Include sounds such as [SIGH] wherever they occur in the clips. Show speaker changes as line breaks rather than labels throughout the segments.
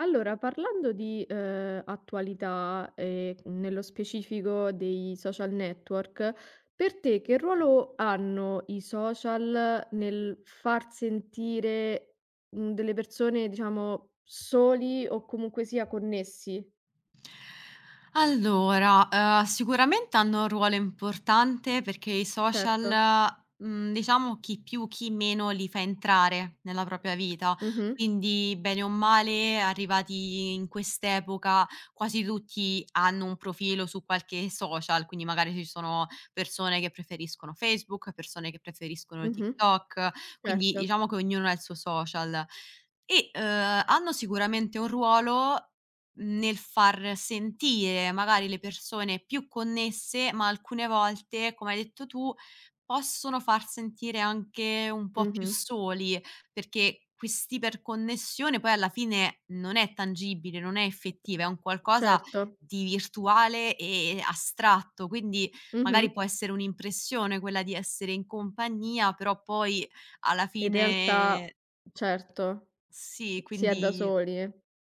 Allora, parlando di, attualità e nello specifico dei social network, per te che ruolo hanno i social nel far sentire, delle persone diciamo soli o comunque sia connessi?
Allora, sicuramente hanno un ruolo importante perché i
Certo.
social, diciamo chi più, chi meno li fa entrare nella propria vita.
Mh-mh.
Quindi, bene o male, arrivati in quest'epoca, quasi tutti hanno un profilo su qualche social, quindi magari ci sono persone che preferiscono Facebook, persone che preferiscono
Mh-mh.
TikTok, quindi
Certo.
diciamo che ognuno ha il suo social. E, hanno sicuramente un ruolo nel far sentire magari le persone più connesse, ma alcune volte, come hai detto tu, possono far sentire anche un po' più
Mh-mh.
soli, perché quest'iperconnessione poi alla fine non è tangibile, non è effettiva, è un qualcosa
Certo.
di virtuale e astratto, quindi
Mh-mh.
magari può essere un'impressione quella di essere in compagnia, però poi alla
In realtà,
fine
certo.
sì,
Si è da
quindi
soli.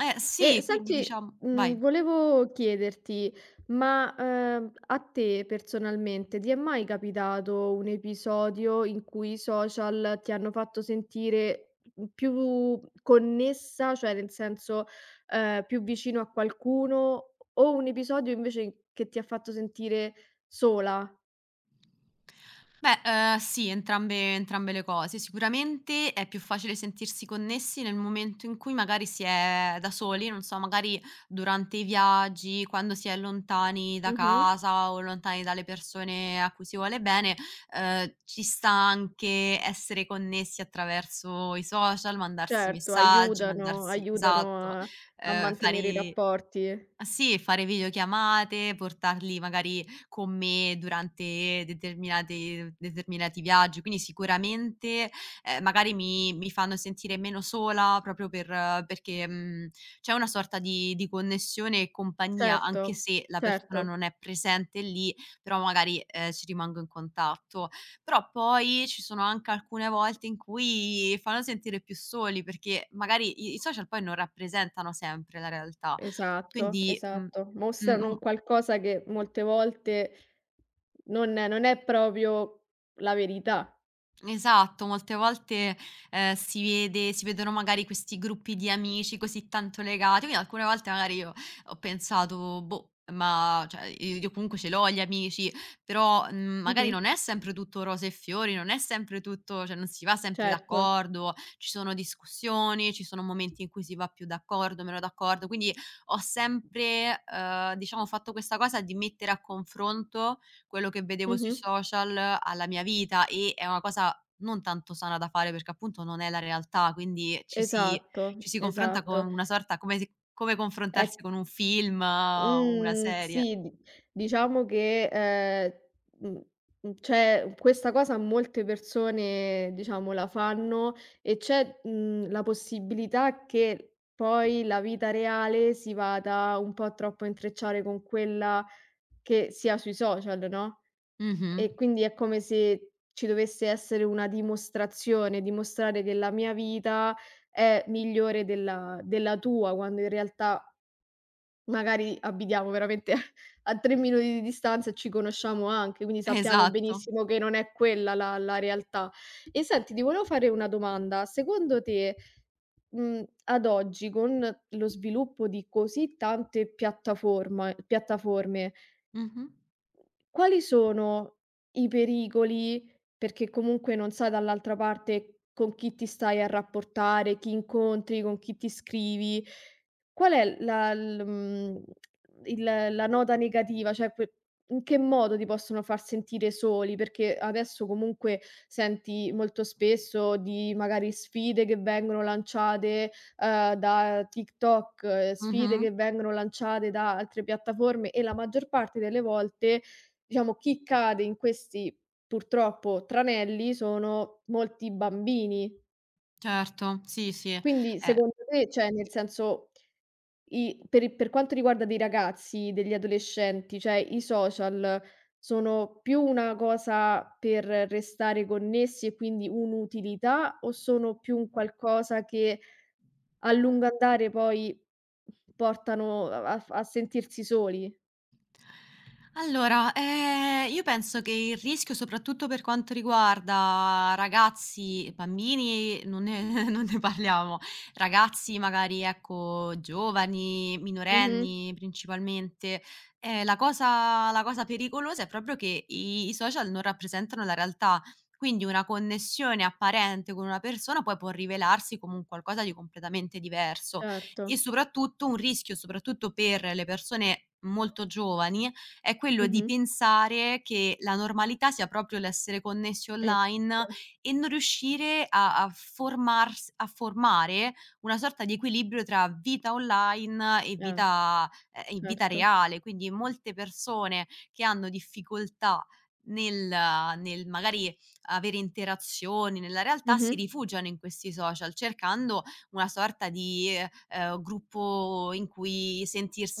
eh
E
sì, quindi
senti,
diciamo vai.
volevo chiederti, ma, a te personalmente ti è mai capitato un episodio in cui i social ti hanno fatto sentire, più connessa, cioè nel senso, più vicino a qualcuno, o un episodio invece che ti ha fatto sentire sola?
Beh, sì, entrambe le cose. Sicuramente è più facile sentirsi connessi nel momento in cui magari si è da soli, non so, magari durante i viaggi, quando si è lontani da
Mh-mh.
casa o lontani dalle persone a cui si vuole bene, ci sta anche essere connessi attraverso i social, mandarsi
Certo,
messaggi,
aiutano
mandarsi
aiutano
esatto,
a mantenere i
fare
rapporti.
Ah sì, fare videochiamate, portarli magari con me durante determinati viaggi, quindi sicuramente, magari mi fanno sentire meno sola proprio per perché, c'è una sorta di connessione e compagnia,
Certo,
anche se la
certo,
persona non è presente lì, però magari, ci rimango in contatto. Però poi ci sono anche alcune volte in cui fanno sentire più soli, perché magari i social poi non rappresentano sempre la realtà.
esatto,
Quindi,
esatto. Mostrano
un
un qualcosa che molte volte non è proprio la verità.
Esatto, molte volte, si vedono magari questi gruppi di amici così tanto legati, quindi alcune volte magari io ho pensato: "Boh, ma" cioè i io comunque ce l'ho gli amici, però, magari
Mh-mh,
non è sempre tutto rose e fiori, non è sempre tutto cioè non si va sempre
certo.
d'accordo, ci sono discussioni, ci sono momenti in cui si va più d'accordo, meno d'accordo, quindi ho sempre, diciamo fatto questa cosa di mettere a confronto quello che vedevo sui
Mh-mh.
social alla mia vita e è una cosa non tanto sana da fare, perché appunto non è la realtà, quindi ci si
Esatto,
ci si confronta con
esatto.
una sorta come se come
È
confrontarsi con un film o una
Mhmm,
serie.
sì, di diciamo che, mhmm, c'è questa cosa, molte persone, diciamo, la fanno, e c'è, la possibilità che poi la vita reale si vada un po' troppo a intrecciare con quella che si ha sui social, no,
Mh-mh.
e quindi è come se ci dovesse essere una dimostrazione, dimostrare che la mia vita è migliore della tua, quando in realtà magari abitiamo veramente [LAUGHS] a 3 minuti di distanza e ci conosciamo anche, quindi sappiamo
Esatto.
benissimo che non è quella la realtà. E senti, ti volevo fare una domanda: secondo te, ad oggi con lo sviluppo di così tante piattaforma piattaforme,
Mh-mh.
quali sono i pericoli? Perché comunque non sai dall'altra parte con chi ti stai a rapportare, chi incontri, con chi ti scrivi. Qual è la l mhmm, il la nota negativa? Cioè, que in che modo ti possono far sentire soli? Perché adesso comunque senti molto spesso di magari sfide che vengono lanciate, da TikTok, sfide
Mh-mh.
che vengono lanciate da altre piattaforme, e la maggior parte delle volte, diciamo, chi cade in questi, purtroppo, tranelli sono molti bambini.
Certo, sì, sì.
Quindi secondo te, cioè nel senso, i per quanto riguarda dei ragazzi, degli adolescenti, cioè i social sono più una cosa per restare connessi e quindi un'utilità, o sono più un qualcosa che a lungo andare poi portano a sentirsi soli?
Allora, io penso che il rischio, soprattutto per quanto riguarda ragazzi e bambini, non ne [LAUGHS] non ne parliamo. Ragazzi magari, ecco, giovani,
Mh-mh.
minorenni principalmente, la cosa pericolosa è proprio che i social non rappresentano la realtà. Quindi una connessione apparente con una persona poi può rivelarsi come un qualcosa di completamente diverso
Certo.
e soprattutto un rischio, soprattutto per le persone molto giovani, è quello di
Mh-mh.
pensare che la normalità sia proprio l'essere connessi online
Esatto.
e non riuscire a formare una sorta di equilibrio tra vita online
Eh.
e vita
Certo.
reale. Quindi molte persone che hanno difficoltà nel nel magari avere interazioni nella realtà, si
Mh-mh.
rifugiano in questi social cercando una sorta di, gruppo in cui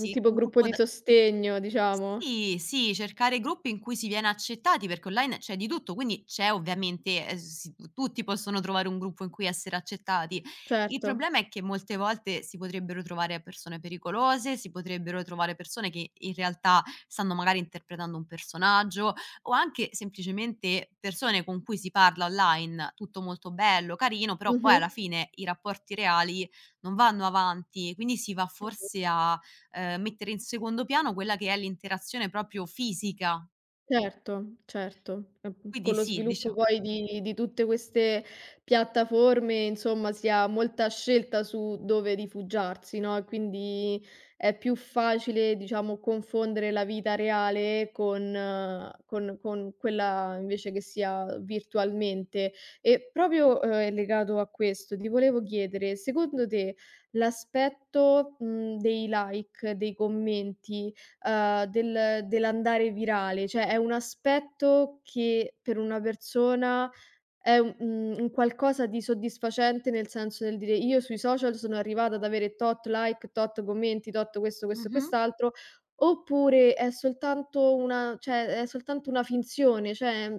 Un tipo
un
gruppo
gruppo
di
da
sostegno, diciamo.
sì, sì, cercare gruppi in cui si viene accettati, perché online c'è di tutto, quindi c'è ovviamente tutti possono trovare un gruppo in cui essere accettati. Il
Certo.
problema è che molte volte si potrebbero trovare persone pericolose, si potrebbero trovare persone che in realtà stanno magari interpretando un personaggio o anche semplicemente persone con cui si parla online, tutto molto bello, carino, però poi
Mh-mh.
alla fine i rapporti reali non vanno avanti, quindi si va forse a mettere in secondo piano quella che è l'interazione proprio fisica.
Certo, certo. E
Quindi
con lo
sì,
sviluppo
dicia
poi di tutte queste piattaforme, insomma, si ha molta scelta su dove rifugiarsi, no, e quindi è più facile, diciamo, confondere la vita reale con con quella invece che sia virtualmente. E proprio, legato a questo, ti volevo chiedere, secondo te l'aspetto, dei like, dei commenti, dell'andare virale, cioè è un aspetto che per una persona è un qualcosa di soddisfacente, nel senso del dire: "Io sui social sono arrivata ad avere tot like, tot commenti, tot questo, questo e
mh-mh,
quest'altro", oppure è soltanto una finzione, cioè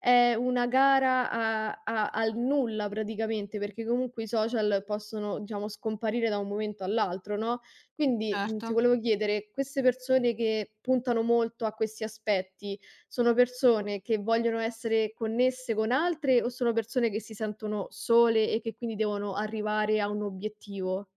è una gara a a al nulla praticamente, perché comunque i social possono, diciamo, scomparire da un momento all'altro, no, quindi, ti
certo.
volevo chiedere, queste persone che puntano molto a questi aspetti, sono persone che vogliono essere connesse con altre o sono persone che si sentono sole e che quindi devono arrivare a un obiettivo?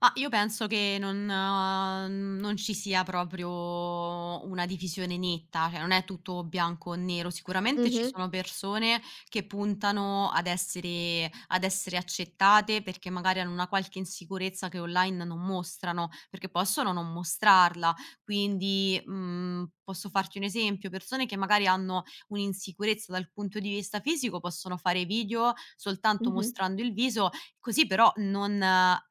Ma io penso che non non ci sia proprio una divisione netta, cioè non è tutto bianco o nero. Sicuramente ci
Mh-mh,
sono persone che puntano ad essere accettate perché magari hanno una qualche insicurezza che online non mostrano, perché possono non mostrarla. Quindi, posso farti un esempio: persone che magari hanno un'insicurezza dal punto di vista fisico possono fare video soltanto
mh-mh.
mostrando il viso. Così però non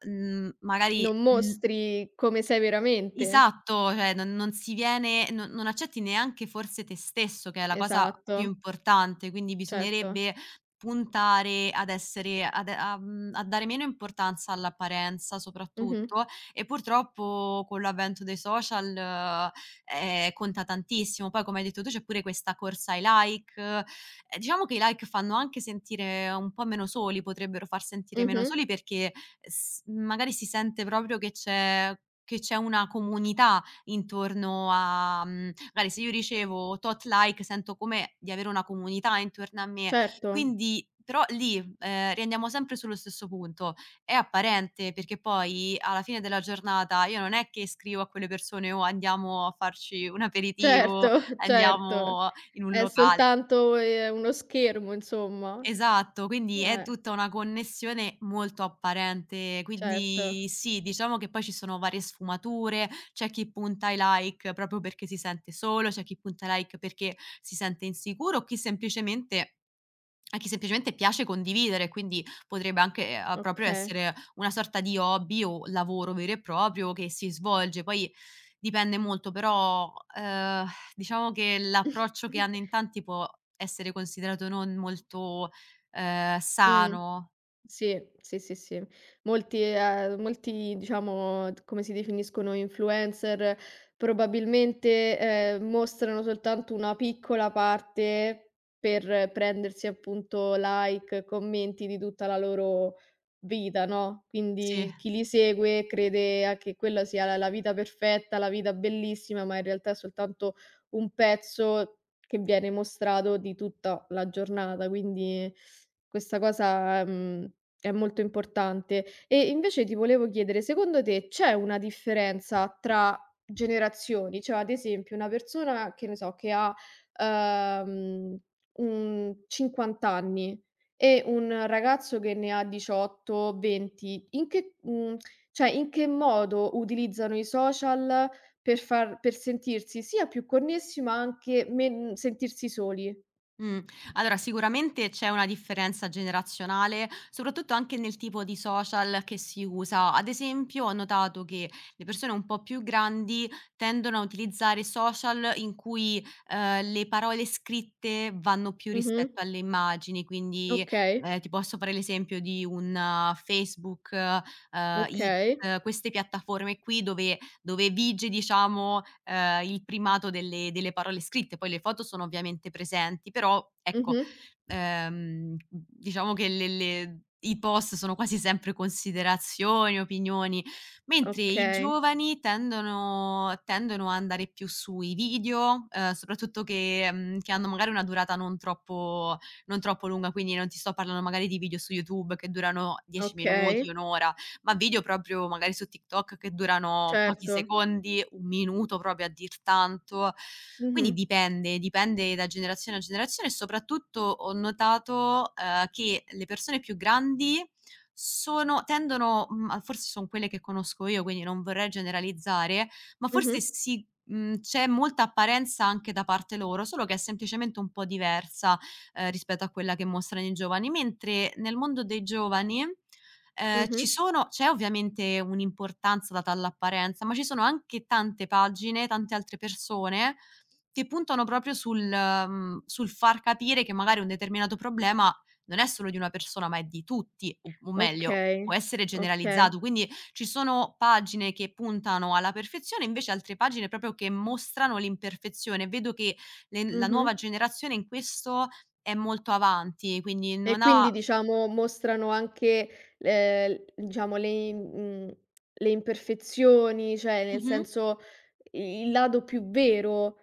mhmm, magari
Non
mhmm,
mostri come sei veramente.
esatto, cioè non si viene non accetti neanche forse te stesso, che è la cosa più
Esatto,
importante, quindi
certo.
bisognerebbe puntare ad essere a dare meno importanza all'apparenza
Mh-mh,
soprattutto, e purtroppo con l'avvento dei social, conta tantissimo. Poi come hai detto tu c'è pure questa corsa ai like, e diciamo che i like fanno anche sentire un po' meno soli, potrebbero far sentire meno
mh-mh.
soli perché s magari si sente proprio che c'è una comunità intorno a magari se io ricevo tot like sento come di avere una comunità intorno a me.
Certo,
Quindi però lì, riandiamo sempre sullo stesso punto: è apparente, perché poi alla fine della giornata io non è che scrivo a quelle persone: "Oh, andiamo a farci un aperitivo,
certo, [LAUGHS] certo.
andiamo in un
È
locale."
soltanto, uno schermo, insomma.
Esatto, quindi è
Eh,
tutta una connessione molto apparente.
certo.
Quindi sì, diciamo che poi ci sono varie sfumature, c'è chi punta ai like proprio perché si sente solo, c'è chi punta ai like perché si sente insicuro, o chi semplicemente a chi semplicemente piace condividere, quindi potrebbe anche, proprio
Okay.
essere una sorta di hobby o lavoro vero e proprio che si svolge. Poi dipende molto, però, diciamo che l'approccio che hanno
[LAUGHS]
in tanti può essere considerato non molto,
Mh.
sano.
Sì, sì, sì, sì. Molti diciamo, d come si definiscono influencer, probabilmente, mostrano soltanto una piccola parte per prendersi appunto like, commenti di tutta la loro vita, no,
Sì.
quindi chi li segue crede a che quella sia la vita perfetta, la vita bellissima, ma in realtà è soltanto un pezzo che viene mostrato di tutta la giornata, quindi questa cosa, mhmm è molto importante. E invece ti volevo chiedere, secondo te c'è una differenza tra generazioni? Cioè, ad esempio, una persona che, ne so, che ha, ehm, 50 anni, e un ragazzo che ne ha 18, 20, in che cioè in che modo utilizzano i social per sentirsi sia più connessi, ma anche men sentirsi soli?
Mh. Allora sicuramente c'è una differenza generazionale, soprattutto anche nel tipo di social che si usa. Ad esempio ho notato che le persone un po' più grandi tendono a utilizzare social in cui, le parole scritte vanno più
Mh-mh.
rispetto alle immagini, quindi,
Okay,
ti posso fare l'esempio di un Facebook, X,
okay.
queste piattaforme qui dove vige, diciamo, il primato delle parole scritte. Poi le foto sono ovviamente presenti, però ecco,
Mh-mh.
diciamo che le i post sono quasi sempre considerazioni, opinioni, mentre i
Okay.
giovani tendono a andare più sui video, soprattutto che hanno magari una durata non troppo lunga, quindi non ti sto parlando magari di video su YouTube che durano 10
Okay,
minuti, 1 ora ma video proprio magari su TikTok che durano pochi
certo.
secondi, 1 minuto proprio a dir tanto. Quindi
Mh-mh.
dipende da generazione a generazione e soprattutto ho notato, che le persone più grandi sono tendono, a forse son quelle che conosco io, quindi non vorrei generalizzare, ma forse
Mh-mh.
si c'è molta apparenza anche da parte loro, solo che è semplicemente un po' diversa, rispetto a quella che mostrano i giovani, mentre nel mondo dei giovani
Mh-mh.
ci sono c'è ovviamente un'importanza data all'apparenza, ma ci sono anche tante pagine, tante altre persone che puntano proprio sul far capire che magari un determinato problema non è solo di una persona, ma è di tutti, o meglio, può
Okay,
essere
okay.
generalizzato. Quindi ci sono pagine che puntano alla perfezione, invece altre pagine proprio che mostrano l'imperfezione. Vedo che le la
Mh-mh.
nuova generazione in questo è molto avanti, quindi
E
non ha
quindi diciamo mostrano anche, diciamo le imperfezioni, cioè nel
mh-mh.
senso i il lato più vero.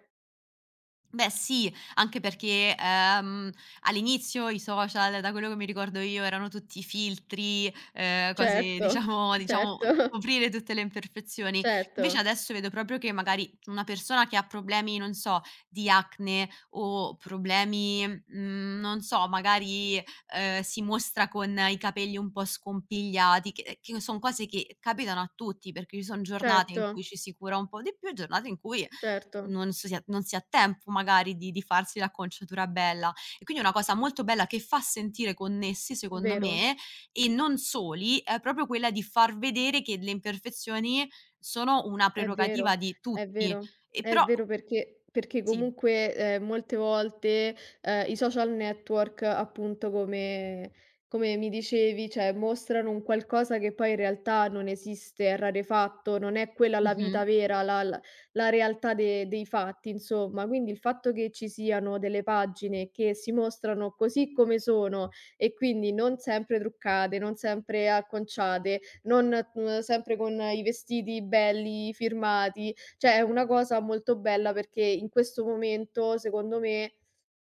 Beh sì, anche perché, all'inizio i social, da quello che mi ricordo io, erano tutti filtri, cose
Certo,
diciamo
certo, [LAUGHS]
coprire tutte le imperfezioni. Invece
certo,
adesso vedo proprio che magari una persona che ha problemi, non so, di acne o problemi, non so, magari, si mostra con i capelli un po' scompigliati, che son cose che capitano a tutti, perché ci son giornate in cui
certo,
ci si cura un po' di più e giornate in cui
certo,
non si ha tempo magari di farsi l'acconciatura bella. E quindi una cosa molto bella che fa sentire connessi secondo
vero.
me, e non soli, è proprio quella di far vedere che le imperfezioni sono una
È
prerogativa
vero,
di
è
tutti.
vero,
E
è
però
vero, perché
sì.
comunque, molte volte, i social network appunto, come mi dicevi, cioè mostrano un qualcosa che poi in realtà non esiste, è rarefatto, non è quella la
Mh-mh.
vita vera, la realtà de dei fatti, insomma. Quindi il fatto che ci siano delle pagine che si mostrano così come sono, e quindi non sempre truccate, non sempre acconciate, non sempre con i vestiti belli, firmati, cioè è una cosa molto bella perché in questo momento, secondo me,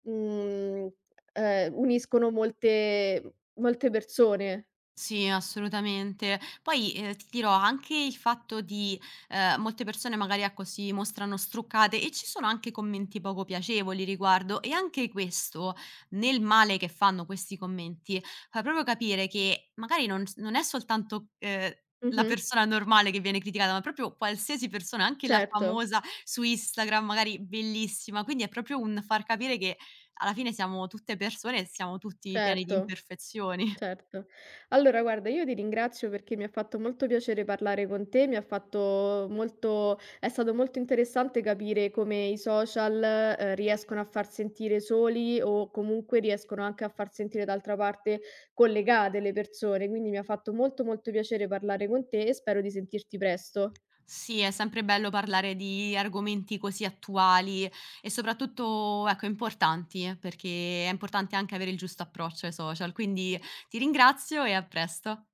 mhmm, uniscono molte molte persone.
Sì, assolutamente. Poi, ti dirò anche il fatto di molte persone magari, ecco, si mostrano struccate e ci sono anche commenti poco piacevoli riguardo e anche questo, nel male che fanno questi commenti, fa proprio capire che magari non è soltanto, la
Mh-mh.
persona normale che viene criticata, ma proprio qualsiasi persona, anche la
Certo,
famosa su Instagram, magari bellissima, quindi è proprio un far capire che alla fine siamo tutte persone e siamo tutti pieni di
certo.
imperfezioni.
Certo. Allora guarda, io ti ringrazio perché mi ha fatto molto piacere parlare con te, mi ha fatto molto è stato molto interessante capire come i social, riescono a far sentire soli o comunque riescono anche a far sentire d'altra parte collegate le persone, quindi mi ha fatto molto, molto piacere parlare con te e spero di sentirti presto.
Sì, è sempre bello parlare di argomenti così attuali e soprattutto, ecco, importanti, perché è importante anche avere il giusto approccio ai social. Quindi ti ringrazio e a presto.